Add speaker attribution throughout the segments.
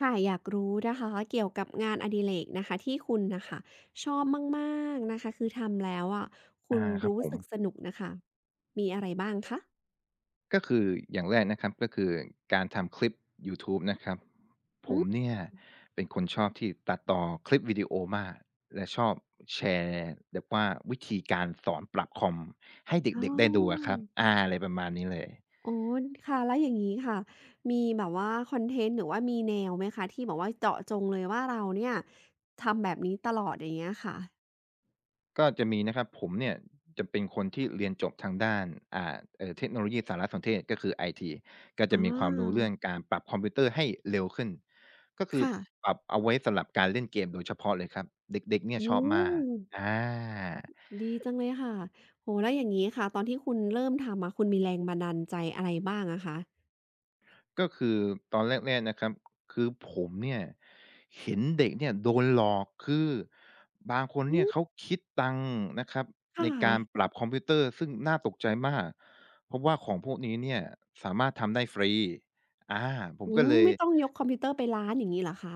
Speaker 1: ค่ะอยากรู้นะคะเกี่ยวกับงานอดิเรกนะคะที่คุณนะคะชอบมากๆนะคะคือทำแล้วอะคุ
Speaker 2: อา
Speaker 1: ณ
Speaker 2: ครับ
Speaker 1: รู้
Speaker 2: ผม
Speaker 1: สึกสนุกนะคะมีอะไรบ้างคะ
Speaker 2: ก็คืออย่างแรกนะครับก็คือการทำคลิปยูทูบนะครับผ
Speaker 1: อื
Speaker 2: ม
Speaker 1: ม
Speaker 2: เนี่ยเป็นคนชอบที่ตัดต่อคลิปวิดีโอมากและชอบแชร์แบบว่าวิธีการสอนปรับคอมให้
Speaker 1: อ๋
Speaker 2: เด็กๆได้ดูอะค
Speaker 1: อ
Speaker 2: รับอาอะไรประมาณนี้เลย
Speaker 1: โอค่ะ แล้วอย่างงี้ค่ะมีแบบว่าคอนเทนต์หรือว่ามีแนวไหมคะที่บอกว่าเจาะจงเลยว่าเราเนี่ยทำแบบนี้ตลอดอย่างเงี้ยค่ะ
Speaker 2: ก็จะมีนะครับผมเนี่ยจะเป็นคนที่เรียนจบทางด้านเทคโนโลยีสารสนเทศก็คือไอทีก็
Speaker 1: อ
Speaker 2: จะมีความรู้เรื่อง
Speaker 1: า
Speaker 2: การปรับคอมพิวเตอร์ให้เร็วขึ้นก็คือ
Speaker 1: ค่ะ
Speaker 2: ปรับเอาไว้สำหรับการเล่นเกมโดยเฉพาะเลยครับเด็กๆเนี่
Speaker 1: โอ
Speaker 2: ยชอบมาก
Speaker 1: ้
Speaker 2: อา
Speaker 1: ดีจังเลยค่ะโหแล้วอย่างนี้ค่ะตอนที่คุณเริ่มทำมาคุณมีแรงบันดาลใจอะไรบ้างอะคะ
Speaker 2: ก็คือตอนแรกๆนะครับคือผมเนี่ยเห็นเด็กเนี่ยโดนหลอกคือบางคนเนี่ยเขาคิดตังค์นะครับ
Speaker 1: ค่ะ
Speaker 2: ในการปรับคอมพิวเตอร์ซึ่งน่าตกใจมากเพราะว่าของพวกนี้เนี่ยสามารถทำได้ฟรีอาผม
Speaker 1: อื
Speaker 2: ก็
Speaker 1: ม
Speaker 2: เลย
Speaker 1: ไม่ต้องยกคอมพิวเตอร์ไปร้านอย่างงี้เหรอคะ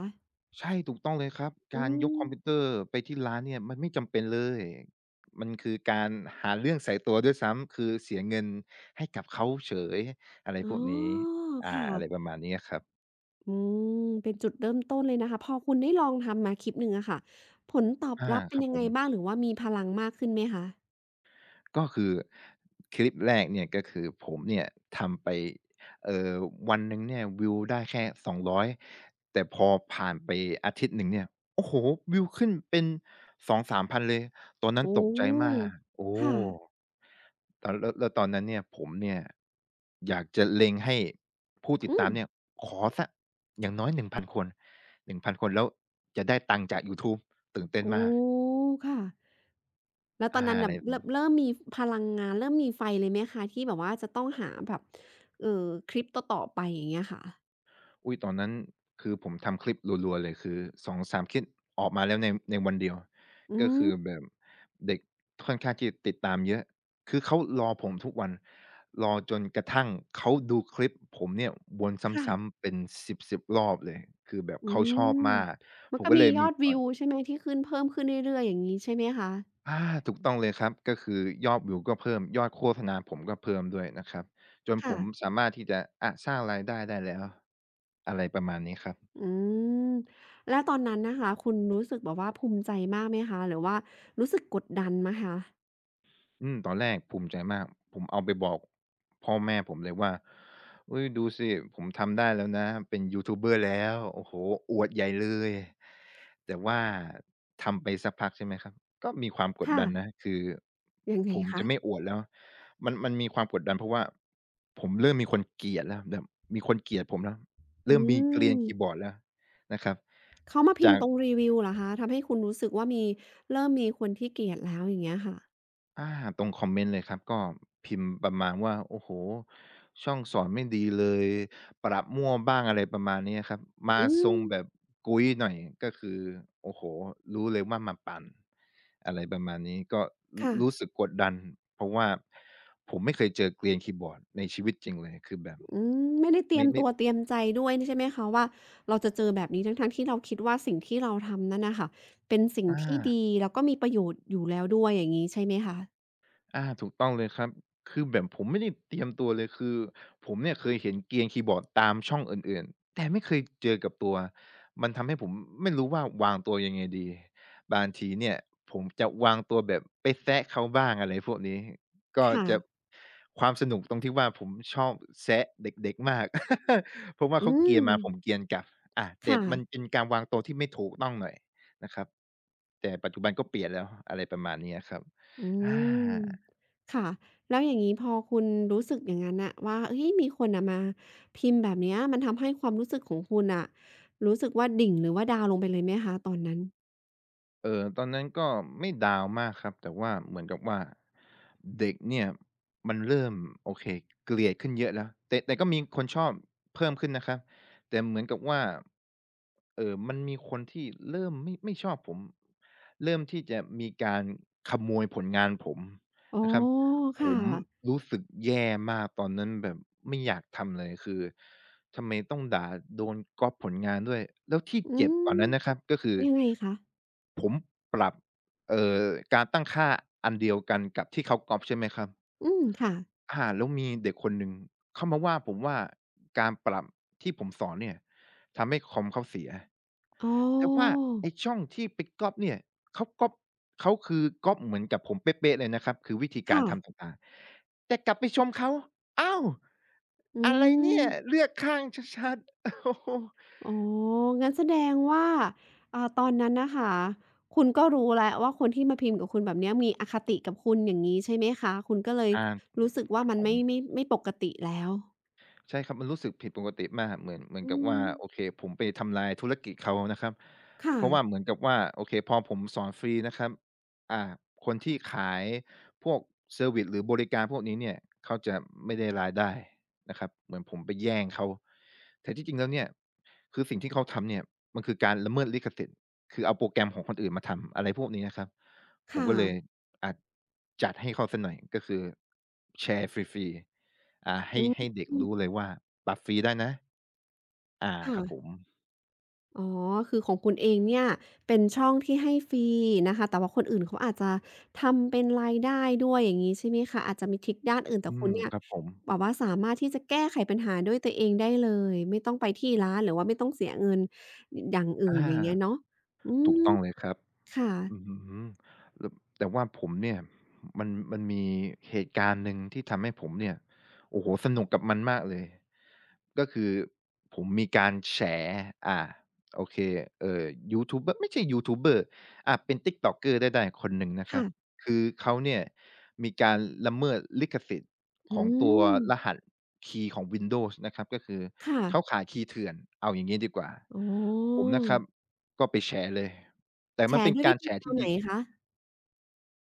Speaker 2: ใช่ถูกต้องเลยครับ
Speaker 1: อื
Speaker 2: การยก
Speaker 1: ม
Speaker 2: คอมพิวเตอร์ไปที่ร้านเนี่ยมันไม่จำเป็นเลยมันคือการหาเรื่องใส่ตัวด้วยซ้ำคือเสียเงินให้กับเขาเฉยอะไรพ
Speaker 1: อ๋
Speaker 2: วกนี้
Speaker 1: อ
Speaker 2: อาอะไร
Speaker 1: ค่ะ
Speaker 2: ประมาณนี้อะครับ
Speaker 1: อืมเป็นจุดเริ่มต้นเลยนะคะพอคุณได้ลองทำมาคลิปหนึ่งอะค่ะผลตอบ
Speaker 2: อา
Speaker 1: รับเป็
Speaker 2: ค
Speaker 1: น
Speaker 2: รับ
Speaker 1: ยัง
Speaker 2: ผ
Speaker 1: ไง
Speaker 2: ม
Speaker 1: บ้าง หรือว่ามีพลังมากขึ้นไหมคะ
Speaker 2: ก็คือคลิปแรกเนี่ยก็คือผมเนี่ยทำไปเอ่อวันหนึ่งเนี่ยวิวได้แค่200แต่พอผ่านไปอาทิตย์หนึ่งเนี่ยโอ้โฮวิวขึ้นเป็น2 3พันเลยตอนนั้น
Speaker 1: โอ้
Speaker 2: ตกใจมากโอ้
Speaker 1: ค่ะ
Speaker 2: ตอนแล้วตอนนั้นเนี่ยผมเนี่ยอยากจะเล็งให้ผู้ติด
Speaker 1: อืม
Speaker 2: ตามเนี่ยขอสักอย่างน้อย1,000คนหนึ่งพันคนแล้วจะได้ตังค์จากยูทูบตื่นเต้น
Speaker 1: โอ้
Speaker 2: มาก
Speaker 1: ค่ะแล้วต
Speaker 2: อา
Speaker 1: อนนั้น
Speaker 2: อะ
Speaker 1: น่ะ
Speaker 2: ไร
Speaker 1: เริ่มมีพลังงาน เริ่มมีไฟเลยไหมคะที่แบบว่าจะต้องหาแบบเอ่อคลิปต่อๆไปอย่างเงี้ยค่ะ
Speaker 2: อุ๊ยตอนนั้นคือผมทำคลิปรัวๆเลยคือสองสามคลิปออกมาแล้วในวันเดียว
Speaker 1: อื
Speaker 2: ก็คื
Speaker 1: ม
Speaker 2: อแบบเด็กค่อนข้างที่จะติดตามเยอะคือเขารอผมทุกวันรอจนกระทั่งเขาดูคลิปผมเนี่ยวนซ้ำ
Speaker 1: ค่ะ
Speaker 2: ๆเป็น10ๆรอบเลยคือแบบ
Speaker 1: อื
Speaker 2: เขาชอบ
Speaker 1: ม
Speaker 2: มาก
Speaker 1: มั
Speaker 2: ผ
Speaker 1: น
Speaker 2: ม
Speaker 1: ก็
Speaker 2: ก็
Speaker 1: มี
Speaker 2: เลย
Speaker 1: ยอ
Speaker 2: มี
Speaker 1: ด
Speaker 2: ค
Speaker 1: วิ
Speaker 2: วา
Speaker 1: ว
Speaker 2: ม
Speaker 1: ใช่ไหมที่ขึ้นเพิ่มขึ้นเรื่อยๆอย่างงี้ใช่ไหมคะ
Speaker 2: อาถูกต้องเลยครับก็คือยอดวิวก็เพิ่มยอดโฆษณาผมก็เพิ่มด้วยนะครับจนผ
Speaker 1: ค่ะ
Speaker 2: มสามารถที่จะอะสร้างรายได้ได้แล้วอะไรประมาณนี้ครับ
Speaker 1: อืมแล้วตอนนั้นนะคะคุณรู้สึกแบบว่าภูมิใจมากไหมคะหรือว่ารู้สึกกดดันไหมคะ
Speaker 2: อืมตอนแรกภูมิใจมาก ผมเอาไปบอกพ่อแม่ผมเลยว่าเฮ้ยดูสิผมทำได้แล้วนะเป็นยูทูบเบอร์แล้วโอ้โฮอวดใหญ่เลยแต่ว่าทำไปสักพักใช่ไหมครับก็มีความกดดัน
Speaker 1: ค่ะ
Speaker 2: นะคือ
Speaker 1: ยังไง
Speaker 2: ผม
Speaker 1: คะ
Speaker 2: จะไม่อวดแล้วมันมีความกดดันเพราะว่าผมเริ่มมีคนเกลียดแล้วแบบมีคนเกลียดผมแล้ว
Speaker 1: อื
Speaker 2: เริ่มมีเกลียน
Speaker 1: ม
Speaker 2: คีย์บอร์ดแล้วนะครับ
Speaker 1: เขามาพิม
Speaker 2: จา
Speaker 1: พ์
Speaker 2: ก
Speaker 1: ตรงรีวิวเหรอคะทำให้คุณรู้สึกว่ามีเริ่มมีคนที่เกลียดแล้วอย่างเงี้ยค่ะ
Speaker 2: อาตรงคอมเมนต์เลยครับก็พิมพ์ประมาณว่าโอ้โฮช่องสอนไม่ดีเลยปรับมั่วบ้างอะไรประมาณเนี้ยครับมา
Speaker 1: อื
Speaker 2: ทร
Speaker 1: ม
Speaker 2: งแบบกุ๊ยหน่อยก็คือโอ้โฮรู้เลยว่ามาปั่นอะไรประมาณนี้ก็ร
Speaker 1: ค่ะ
Speaker 2: รู้สึกกดดันเพราะว่าผมไม่เคยเจอเกรียนคีย์บอร์ดในชีวิตจริงเลยคือแบบ
Speaker 1: อืมไม่ได้เตรีย
Speaker 2: ไม่
Speaker 1: ม
Speaker 2: ไม่
Speaker 1: ตัวเตรียมใจด้วยใช่ไหมคะว่าเราจะเจอแบบนี้ทั้งๆที่เราคิดว่าสิ่งที่เราทำนั่นน่ะค่ะเป็นสิ่ง
Speaker 2: อา
Speaker 1: ที่ดีแล้วก็มีประโยชน์อยู่แล้วด้วยอย่างงี้ใช่ไหมคะ
Speaker 2: อาถูกต้องเลยครับคือแบบผมไม่ได้เตรียมตัวเลยคือผมเนี่ยเคยเห็นเกรียนคีย์บอร์ดตามช่องอื่นๆแต่ไม่เคยเจอกับตัวมันทำให้ผมไม่รู้ว่าวางตัวยังไงดีบางทีเนี่ยผมจะวางตัวแบบไปแซะเขาบ้างอะไรพวกนี้ก็
Speaker 1: ค่ะ
Speaker 2: จะความสนุกตรงที่ว่าผมชอบแซะเด็กๆมาก เพราะว่า
Speaker 1: อื
Speaker 2: เขาเกรีย
Speaker 1: ม
Speaker 2: นมาผมเกรียนกลับอาแต่มัน
Speaker 1: ค่ะ
Speaker 2: เป็นการวางตัวที่ไม่ถูกต้องหน่อยนะครับแต่ปัจจุบันก็เปลี่ยนแล้วอะไรประมาณเนี้ยครับ
Speaker 1: อื
Speaker 2: อา
Speaker 1: มค่ะแล้วอย่างงี้พอคุณรู้สึกอย่างงั้นน่ะว่าเฮ้ยมีคนน่ะมาพิมพ์แบบเนี้ยมันทำให้ความรู้สึกของคุณน่ะรู้สึกว่าดิ่งหรือว่าดาวน์ลงไปเลยไหมคะตอนนั้น
Speaker 2: เออตอนนั้นก็ไม่ดาวน์มากครับแต่ว่าเหมือนกับว่าเด็กเนี่ยมันเริ่มโอเคเกลียดขึ้นเยอะแล้วแต่ก็มีคนชอบเพิ่มขึ้นนะครับแต่เหมือนกับว่ามันมีคนที่เริ่มไม่ชอบผมเริ่มที่จะมีการขโมยผลงานผม
Speaker 1: อ๋อ
Speaker 2: นะครับผ
Speaker 1: ค่ะ
Speaker 2: มรู้สึกแย่มากตอนนั้นแบบไม่อยากทำเลยคือทำไมต้องด่าโดนก๊อปผลงานด้วยแล้วที่
Speaker 1: อื
Speaker 2: เจ็บก
Speaker 1: ม
Speaker 2: ว่านั้นนะครับก็คือ
Speaker 1: ยังไงคะ
Speaker 2: ผมปรับเอ่อการตั้งค่าอันเดียวกันกับที่เขาก๊อบใช่ไหมครับ
Speaker 1: อืมค่ะ
Speaker 2: อาแล้วมีเด็กคนหนึ่งเข้ามาว่าผมว่าการปรับที่ผมสอนเนี่ยทำให้คอมเขาเสีย
Speaker 1: อ๋อ
Speaker 2: แต่ว่าไอ้ช่องที่ไปก๊อบเนี่ยเขาก๊อบเขาคือก๊อบเหมือนกับผมเป๊ะๆเลยนะครับคือวิธีการ
Speaker 1: ค่ะ
Speaker 2: ทำต่างๆแต่กลับไปชมเขาอ้าว
Speaker 1: อื
Speaker 2: อะไร
Speaker 1: ม
Speaker 2: เนี่ยเลือกข้างชัดๆโอโฮ
Speaker 1: อ๋อ งั้นแสดงว่าตอนนั้นน่ะค่ะคุณก็รู้แล้วว่าคนที่มาพิมพ์กับคุณแบบเนี้ยมีอคติกับคุณอย่างงี้ใช่ไหมคะ คุณก็เลย
Speaker 2: อา
Speaker 1: รู้สึก
Speaker 2: ค
Speaker 1: ว่า
Speaker 2: รับ
Speaker 1: มัน
Speaker 2: ผม
Speaker 1: ไม่ปกติแล้ว
Speaker 2: ใช่ครับมันรู้สึกผิดปกติมากเหมือน
Speaker 1: อื
Speaker 2: กับ
Speaker 1: ม
Speaker 2: ว่าโอเคผมไปทำลายธุรกิจเขานะครับ
Speaker 1: ค่ะ
Speaker 2: เพราะว่าเหมือนกับว่าโอเคพอผมสอนฟรีนะครับอ่าคนที่ขายพวกเซอร์วิซหรือบริการพวกนี้เนี่ยเขาจะไม่ได้รายได้นะครับเหมือนผมไปแย่งเขาแต่ที่จริงแล้วเนี่ยคือสิ่งที่เขาทำเนี่ยมันคือการละเมิดลิขสิทธิ์คือเอาโปรแกรมของคนอื่นมาทำอะไรพวกนี้นะครับผม
Speaker 1: ค่ะ
Speaker 2: ก็เลย อ่าจัดให้เขาสักหน่อยก็คือแชร์ฟรีๆให้
Speaker 1: อื
Speaker 2: ให้
Speaker 1: ม
Speaker 2: เด็กรู้เลยว่าปรับฟรีได้นะอาครับผ
Speaker 1: ค่ะ
Speaker 2: ม
Speaker 1: อ๋อคือของคุณเองเนี่ยเป็นช่องที่ให้ฟรีนะคะแต่ว่าคนอื่นเขาอาจจะทำเป็นรายได้ด้วยอย่างงี้ใช่ไหมคะอาจจะมีทริกด้านอื่นแต่
Speaker 2: อื
Speaker 1: คุณ
Speaker 2: ม
Speaker 1: เนี่ย
Speaker 2: ครับผม
Speaker 1: แบบว่าสามารถที่จะแก้ไขปัญหาด้วยตัวเองได้เลยไม่ต้องไปที่ร้านหรือว่าไม่ต้องเสียเงินออย่างอื่นอย่างเงี้ย
Speaker 2: อา
Speaker 1: เนาะอื
Speaker 2: ถูก
Speaker 1: ม
Speaker 2: ต้องเลยครับ
Speaker 1: ค
Speaker 2: อื
Speaker 1: ่ะ
Speaker 2: มแล้วแต่ว่าผมเนี่ยมันมีเหตุการณ์หนึ่งที่ทำให้ผมเนี่ยโอ้โหสนุกกับมันมากเลยก็คือผมมีการแฉอ่าโอเคเอ่อยูทูบเบอร์ไม่ใช่ยูทูบเบอร์อ่ะเป็นติกต็อกเกอร์ได้ๆคนหนึ่งนะครั
Speaker 1: ค่ะ
Speaker 2: บคือเขาเนี่ยมีการละเมิดลิขสิทธิ์ข
Speaker 1: อื
Speaker 2: องตัว
Speaker 1: ม
Speaker 2: รหัสคีย์ของ Windows นะครับก็คือ
Speaker 1: ค่ะ
Speaker 2: เขาขายคีย์เถื่อนเอาอย่างนี้ดีกว่า
Speaker 1: อ๋
Speaker 2: ผ
Speaker 1: อ
Speaker 2: มนะครับก็ไปแฉเลย แต่
Speaker 1: แช
Speaker 2: มัน
Speaker 1: ร์
Speaker 2: เป็น
Speaker 1: ด้วย
Speaker 2: กา
Speaker 1: วิ
Speaker 2: รแฉ
Speaker 1: ธีกา
Speaker 2: ที่
Speaker 1: รไหน
Speaker 2: ดี
Speaker 1: คะ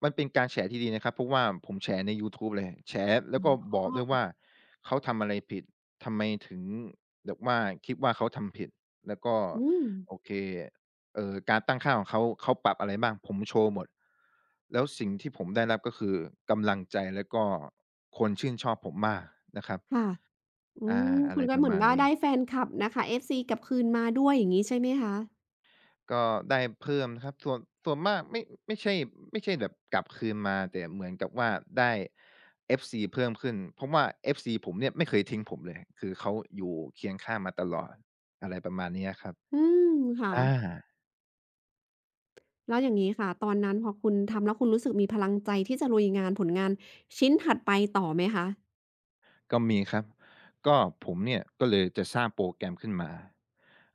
Speaker 2: มันเป็นการแฉที่ดีนะครับเพราะว่าผมแฉในยูทูบเลยแฉแล้
Speaker 1: อ
Speaker 2: วก็
Speaker 1: ๋อ
Speaker 2: บอกด้วยว่าเขาทำอะไรผิดทำไมถึงแบบว่าคิดว่าเขาทำผิดแล้วก็
Speaker 1: อืม
Speaker 2: โอเคการตั้งค่าของเขาเขาปรับอะไรบ้างผมโชว์หมดแล้วสิ่งที่ผมได้รับก็คือกำลังใจแล้วก็คนชื่นชอบผมมากนะครับ
Speaker 1: ค่ะ อื
Speaker 2: อา
Speaker 1: ม
Speaker 2: อะ
Speaker 1: คุ
Speaker 2: ไร
Speaker 1: ณก็
Speaker 2: ป
Speaker 1: เห
Speaker 2: ระ
Speaker 1: มือน
Speaker 2: มาณ
Speaker 1: ว่า
Speaker 2: นี้
Speaker 1: ได้แฟนคลับนะคะ FC กลับคืนมาด้วยอย่างงี้ใช่ไหมคะ
Speaker 2: ก็ได้เพิ่มนะครับส่วนมากไม่ใช่ไม่ใช่แบบกลับคืนมาแต่เหมือนกับว่าได้ FC เพิ่มขึ้นเพราะว่า FC ผมเนี่ยไม่เคยทิ้งผมเลยคือเขาอยู่เคียงข้างมาตลอดอะไรประมาณเนี้ยครับ
Speaker 1: อืมค่ะ
Speaker 2: อา
Speaker 1: แล้วอย่างงี้ค่ะตอนนั้นพอคุณทำแล้วคุณรู้สึกมีพลังใจที่จะลุยงานผลงานชิ้นถัดไปต่อไหมคะ
Speaker 2: ก็มีครับก็ผมเนี่ยก็เลยจะสร้างโปรแกรมขึ้นมา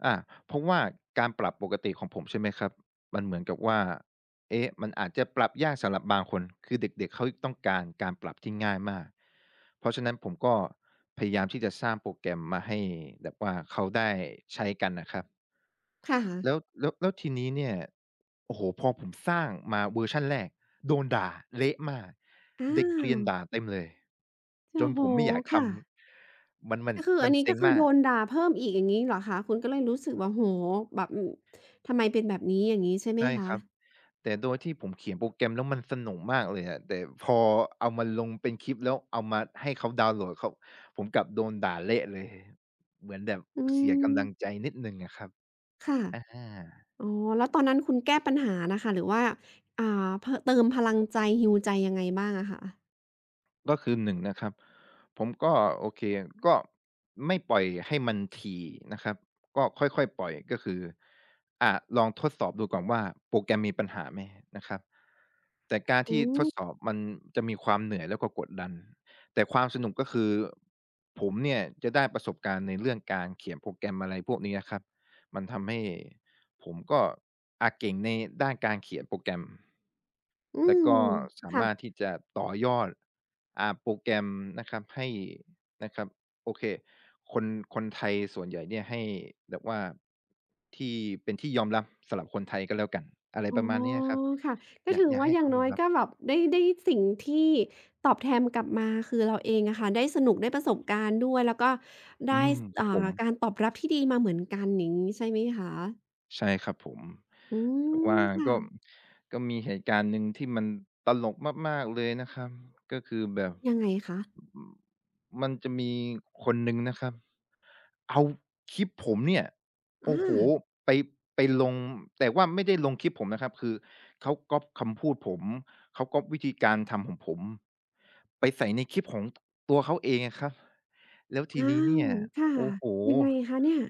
Speaker 2: อาเพราะว่าการปรับปกติของผมใช่ไหมครับมันเหมือนกับว่าเอ๊ะมันอาจจะปรับยากสำหรับบางคนคือเด็กๆเขาต้องการการปรับที่ง่ายมากเพราะฉะนั้นผมก็พยายามที่จะสร้างโปรแกรมมาให้แบบว่าเขาได้ใช้กันนะครับ
Speaker 1: ค่ะ
Speaker 2: แล้วทีนี้เนี่ยโอ้โฮพอผมสร้างมาเวอร์ชันแรกโดนด่าเละมาก
Speaker 1: อ้า
Speaker 2: เด็กเกรียน
Speaker 1: ว
Speaker 2: ด่าเต็มเลยจ
Speaker 1: โอ้
Speaker 2: น
Speaker 1: โฮ
Speaker 2: ผมไม่อยากท
Speaker 1: ค่ะ
Speaker 2: ำมันมัน
Speaker 1: ก็คืออั
Speaker 2: มั
Speaker 1: น
Speaker 2: น
Speaker 1: นี้
Speaker 2: เซ็
Speaker 1: ก็
Speaker 2: ง
Speaker 1: คือ
Speaker 2: มา
Speaker 1: โด
Speaker 2: ก
Speaker 1: นด่าเพิ่มอีกอย่างงี้เหรอคะคุณก็เลยรู้สึกว่าโอ้โฮแบบอืมทำไมเป็นแบบนี้อย่างงี้ใช่ไหม
Speaker 2: ใช่
Speaker 1: คะ
Speaker 2: ครับแต่โดยที่ผมเขียนโปรแกรมแล้วมันสนุกมากเลยอะแต่พอเอามาลงเป็นคลิปแล้วเอามาให้เขาดาวน์โหลดเขาผมกลับโดนด่าเละเลยเหมือนแบบ
Speaker 1: อื
Speaker 2: เสีย
Speaker 1: ม
Speaker 2: กำลังใจนิดหนึ่งอะครับ
Speaker 1: ค่ะ
Speaker 2: อะฮะ
Speaker 1: อ๋อแล้วตอนนั้นคุณแก้ปัญหาน่ะค่ะหรือว่าอ่าพเติมพลังใจฮีลใจยังไงบ้างอะคะ
Speaker 2: ก็คือหนงนะครับผมก็โอเคก็ไม่ปล่อยให้มันถี่นะครับก็ค่อยๆปล่อยก็คืออ่าลองทดสอบดูก่อนว่าโปรแกรมมีปัญหาไหมนะครับแต่การ
Speaker 1: อื
Speaker 2: ที่ทด
Speaker 1: ม
Speaker 2: สอบมันจะมีความเหนื่อยแล้วก็กดดันแต่ความสนุกก็คือผมเนี่ยจะได้ประสบการณ์ในเรื่องการเขียนโปรแกรมอะไรพวกนี้อะครับ มันทำให้ผมก็อาเก่งในด้านการเขียนโปรแกรม
Speaker 1: อื
Speaker 2: แล้ว
Speaker 1: ม
Speaker 2: ก็สา
Speaker 1: ค่ะ
Speaker 2: มารถที่จะต่อยอดโปรแกรมนะครับให้นะครับโอเคคนคนไทยส่วนใหญ่เนี่ยให้แบบว่าที่เป็นที่ยอมรับสำหรับคนไทยก็แล้วกันอะไร
Speaker 1: อ๋อ
Speaker 2: ประมาณเนี้ยครับ
Speaker 1: ค่ะก็
Speaker 2: อยา
Speaker 1: ถื
Speaker 2: ก
Speaker 1: อ
Speaker 2: อยาก
Speaker 1: ว่า
Speaker 2: ให้
Speaker 1: อย่าง
Speaker 2: เขา
Speaker 1: น้อ
Speaker 2: ยอ
Speaker 1: ย
Speaker 2: มรั
Speaker 1: ก็
Speaker 2: บ
Speaker 1: แบบได้สิ่งที่ตอบแทนกลับมาคือเราเองอะค่ะ ได้สนุกได้ประสบการณ์ด้วย แล้วก็ได้
Speaker 2: อืม
Speaker 1: ส
Speaker 2: ครั
Speaker 1: อ่า
Speaker 2: บผม
Speaker 1: การตอบรับที่ดีมาเหมือนกันอย่างงี้ใช่ไหมคะ
Speaker 2: ใช่ครับผม
Speaker 1: อื
Speaker 2: แต่
Speaker 1: ม
Speaker 2: ว่าก็
Speaker 1: ค่ะ
Speaker 2: มีเหตุการณ์หนึ่งที่มันตลกมากๆเลยนะครับก็คือแบบ
Speaker 1: ยังไงคะ
Speaker 2: อืมมันจะมีคนหนึ่งนะครับเอาคลิปผมเนี่ย
Speaker 1: อ
Speaker 2: โอ้โฮ
Speaker 1: า
Speaker 2: ไปไปลงแต่ว่าไม่ได้ลงคลิปผมนะครับคือเขาก๊อบคำพูดผมเขาก๊อบวิธีการทำของผมไปใส่ในคลิปของตัวเขาเองอะครับแล้วที
Speaker 1: อ้า
Speaker 2: นี้
Speaker 1: ว
Speaker 2: เนี่ย
Speaker 1: ค่ะ
Speaker 2: โอ้โฮ
Speaker 1: ยังไงคะเนี่ย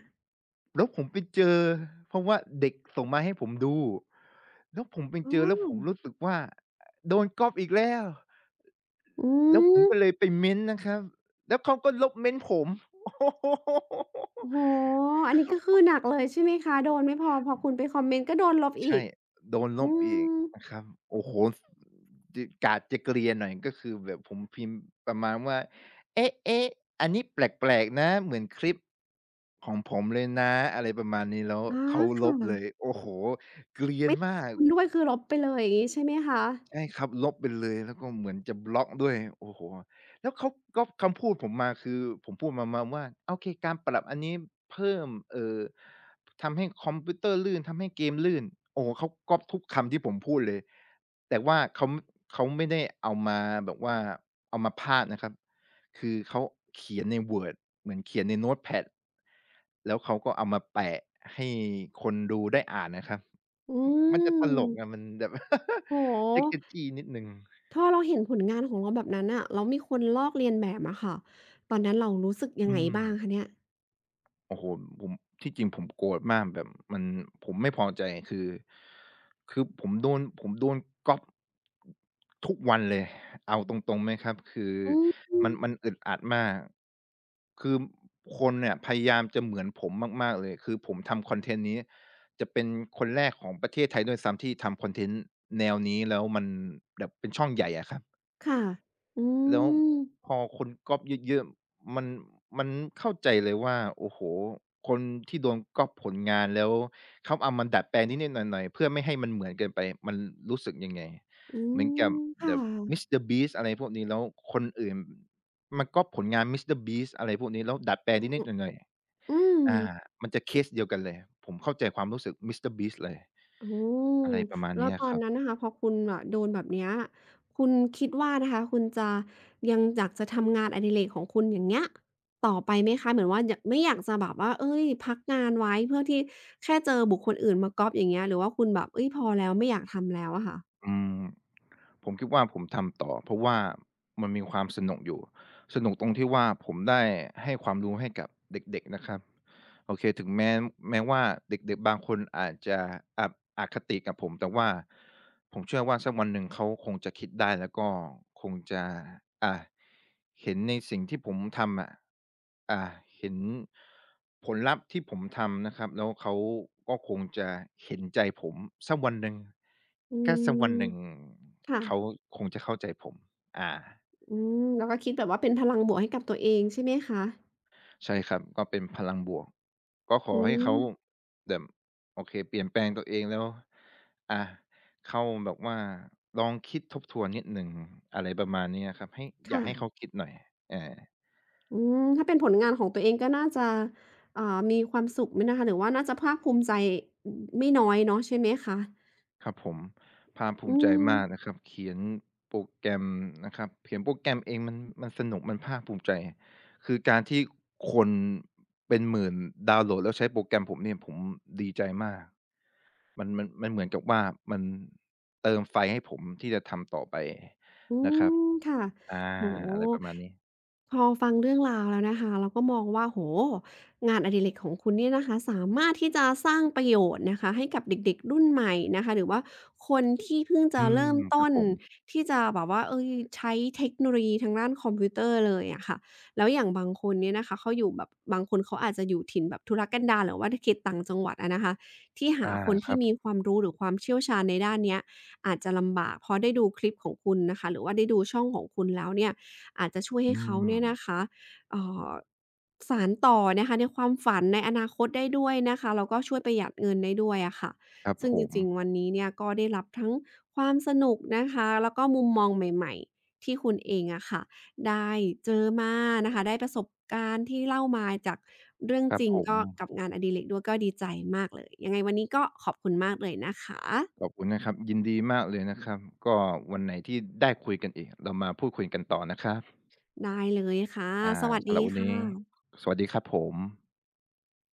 Speaker 2: แล้วผมไปเจอเพราะว่าเด็กส่งมาให้ผมดูแล้วผมไป
Speaker 1: อ๋อ
Speaker 2: เจอแล้วผมรู้สึกว่าโดนก๊อบอีกแล้ว
Speaker 1: อื
Speaker 2: แล้วผ
Speaker 1: ม
Speaker 2: มก็เลยไปเม้นต์นะครับแล้วเขาก็ลบเม้นต์ผม โอ้โฮ
Speaker 1: โอ้โฮอันนี้ก็คือหนักเลยใช่ไหมคะโดนไม่พอพอคุณไปคอมเมนต์ก็โดนลบอี
Speaker 2: ใช่
Speaker 1: ก
Speaker 2: โดนล
Speaker 1: อื
Speaker 2: บอีก
Speaker 1: ม
Speaker 2: นะครับโอ้โฮจกาดจะเกรียนหน่อยก็คือแบบผมพิมพ์ประมาณว่าเอ๊ะๆอันนี้แปลกๆนะเหมือนคลิปของผมเลยนะอะไรประมาณนี้แล้ว
Speaker 1: อา
Speaker 2: เขาล
Speaker 1: ค่ะ
Speaker 2: บเลยโอ้โฮเกรียน
Speaker 1: ไม่
Speaker 2: มาก
Speaker 1: คุณด้วยคือลบไปเลยอย่างงี้ใช่ไหมคะ
Speaker 2: ใช่ครับลบไปเลยแล้วก็เหมือนจะบล็อกด้วยโอ้โฮแล้วเขาก๊อบคำพูดผมมาคือผมพูดประมาณว่าโอเคการปรับอันนี้เพิ่มทำให้คอมพิวเตอร์ลื่นทำให้เกมลื่นโอ้โฮเขาก๊อบทุกคำที่ผมพูดเลยแต่ว่าเขาไม่ได้เอามาแบบว่าเอามาพากย์นะครับคือเขาเขียนใน Word เหมือนเขียนในโน้ตแพดแล้วเขาก็เอามาแปะให้คนดูได้อ่านนะครับ
Speaker 1: อื
Speaker 2: มันจะตลกไะ
Speaker 1: ม
Speaker 2: มันแบบ
Speaker 1: โอ้โฮ
Speaker 2: เจิกๆจี้นิดหนึ่ง
Speaker 1: ถ้าเราเห็นผลงานของเราแบบนั้นน่ะแล้วมีคนลอกเลียนแบบอะค่ะ ตอนนั้นเรารู้สึกยัง
Speaker 2: อื
Speaker 1: ไง
Speaker 2: ม
Speaker 1: บ้างคะเนี่ย
Speaker 2: โอ้โฮผมที่จริงผมโกรธมากแบบมันผมไม่พอใจคือคือผมโดนก๊อบทุกวันเลยเอาตรงๆไหมครับคือ
Speaker 1: อืม
Speaker 2: มันอึดอัดมากคือคนเนี่ยพยายามจะเหมือนผมมากๆเลยคือผมทำคอนเทนต์นี้จะเป็นคนแรกของประเทศไทยด้วยซ้ำที่ทำคอนเทนต์แนวนี้แล้วมันแบบเป็นช่องใหญ่อะครับ
Speaker 1: ค่ะ อื
Speaker 2: แล้ว
Speaker 1: ม
Speaker 2: พอคนก๊อปเยอะๆมันมันเข้าใจเลยว่าโอ้โฮคนที่โดนก๊อปผลงานแล้วเขาเอามาดัดแปลงนิดๆหน่อยๆเพื่อไม่ให้มันเหมือนเกินไปมันรู้สึกยังไง
Speaker 1: อื
Speaker 2: เหมือนกับ
Speaker 1: ม ค่
Speaker 2: แบบ
Speaker 1: ะ
Speaker 2: Mister Beast อะไรพวกนี้แล้วคนอื่นมาก๊อปผลงาน Mister Beast อะไรพวกนี้แล้วดัดแปลง
Speaker 1: อ
Speaker 2: นิดๆหน่อย
Speaker 1: อืม
Speaker 2: ๆอามันจะเคสเดียวกันเลยผมเข้าใจความรู้สึก Mister Beast เลย
Speaker 1: อืม
Speaker 2: อะไรประมาณ
Speaker 1: แล้ว
Speaker 2: เนี้ย
Speaker 1: ตอ
Speaker 2: ค
Speaker 1: น
Speaker 2: รั
Speaker 1: นั้น
Speaker 2: บ
Speaker 1: นะคะพอคุณอะโดนแบบเนี้ยคุณคิดว่านะคะคุณจะยังอยากจะทำงานอดิเรกของคุณอย่างเงี้ยต่อไปไหมคะเหมือนว่าอยากไม่อยากจะแบบว่าเอ้ยพักงานไว้เพื่อที่แค่เจอบุคคลอื่นมาก๊อบอย่างเงี้ยหรือว่าคุณแบบเอ้ยพอแล้วไม่อยากทำแล้วอะค่ะ
Speaker 2: อืมผมคิดว่าผมทำต่อเพราะว่ามันมีความสนุกอยู่สนุกตรงที่ว่าผมได้ให้ความรู้ให้กับเด็กๆนะครับ โอเคถึงแม้แม้ว่าเด็กๆบางคนอาจจะอะอคติกับผมแต่ว่าผมเชื่อว่าสักวันหนึ่งเขาคงจะคิดได้แล้วก็คงจะอ่าเห็นในสิ่งที่ผมทำอะอ่าเห็นผลลัพธ์ที่ผมทำนะครับแล้วเขาก็คงจะเห็นใจผมสักวันหนึ่ง
Speaker 1: อื
Speaker 2: ถ้าสักวัน
Speaker 1: ม
Speaker 2: หนึ่ง
Speaker 1: ค่ะ
Speaker 2: เขาคงจะเข้าใจผมอา
Speaker 1: อืมแล้วก็คิดแบบว่าเป็นพลังบวกให้กับตัวเองใช่ไหมคะ
Speaker 2: ใช่ครับก็เป็นพลังบวกก็ขอ
Speaker 1: อื
Speaker 2: ให้เขา
Speaker 1: ม
Speaker 2: มแบบโอเคเปลี่ยนแปลงตัวเองแล้วอาเข้าแบบว่าลองคิดทบทวนนิดหนึ่งอะไรประมาณนี้อะครับให้อยา
Speaker 1: ค่ะ
Speaker 2: กให้เขาคิดหน่อยอา
Speaker 1: อืมถ้าเป็นผลงานของตัวเองก็น่าจะอ่ามีความสุขไหมนะคะหรือว่าน่าจะภาคภูมิใจอไม่น้อยเนาะใช่ไหมคะ
Speaker 2: ครับผมภาคภู
Speaker 1: อื
Speaker 2: มิใจ
Speaker 1: ม
Speaker 2: มากนะครับเขียนโปรแกรมนะครับเขียนโปรแกรมเองมันสนุกมันภาคภูมิใจคือการที่คนเป็นหมื่นดาวน์โหลดแล้วใช้โปรแกรมผมเนี่ยผมดีใจมาก มันเหมือนกับว่ามันเติมไฟให้ผมที่จะทำต่อไป
Speaker 1: อื
Speaker 2: นะครับ
Speaker 1: มค่ะ
Speaker 2: อา
Speaker 1: โอ้โฮ
Speaker 2: อะไรประมาณนี้
Speaker 1: พอฟังเรื่องราวแล้วนะคะเราก็มองว่าโอ้โฮงานอดิเรกของคุณเนี่ยนะคะสามารถที่จะสร้างประโยชน์นะคะให้กับเด็กๆรุ่นใหม่นะคะหรือว่าคนที่เพิ่ง
Speaker 2: อื
Speaker 1: จะเริ่
Speaker 2: ม
Speaker 1: ม
Speaker 2: ครั
Speaker 1: ต้
Speaker 2: บ
Speaker 1: น
Speaker 2: ผม
Speaker 1: ที่จะแบบว่าเฮ้ยใช้เทคโนโลยีทางด้านคอมพิวเตอร์เลยอะค่ะแล้วอย่างบางคนเนี่ยนะคะเขาอยู่แบบบางคนเขาอาจจะอยู่ถิ่นแบบทุรกันดารหรือว่าเขตต่างจังหวัดอะนะคะที่หา
Speaker 2: อา
Speaker 1: คน
Speaker 2: ค
Speaker 1: ที่
Speaker 2: รับ
Speaker 1: มีความรู้หรือความเชี่ยวชาญในด้านเนี้ย อาจจะลำบากพอได้ดูคลิปของคุณนะคะหรือว่าได้ดูช่องของคุณแล้วเนี่ยอาจจะช่วยให้
Speaker 2: อื
Speaker 1: เขา
Speaker 2: ม
Speaker 1: เนี่ยนะคะเอ่อสานต่อนะคะในความฝันในอนาคตได้ด้วยนะคะแล้วก็ช่วยประหยัดเงินได้ด้วยอะค่ะ
Speaker 2: ครับ
Speaker 1: ซึ่ง
Speaker 2: ผ
Speaker 1: จ
Speaker 2: ม
Speaker 1: ริงๆวันนี้เนี่ยก็ได้รับทั้งความสนุกนะคะแล้วก็มุมมองใหม่ๆที่คุณเองอะค่ะได้เจอมานะคะได้ประสบการณ์ที่เล่ามาจากเรื่อง
Speaker 2: ครั
Speaker 1: จ
Speaker 2: บ
Speaker 1: ริง
Speaker 2: ผม
Speaker 1: ก็กับงานอดิเรกด้วยก็ดีใจมากเลยยังไงวันนี้ก็ขอบคุณมากเลยนะคะ
Speaker 2: ขอบคุณนะครับยินดีมากเลยนะครับก็วันไหนที่ได้คุยกันอีกเรามาพูดคุยกันต่อนะครับ
Speaker 1: ได้เลยค่ะ ส
Speaker 2: อ่า
Speaker 1: วัสดี
Speaker 2: สำหรับวัน
Speaker 1: ค
Speaker 2: นี้
Speaker 1: ่ะ
Speaker 2: สวัสดีครับผม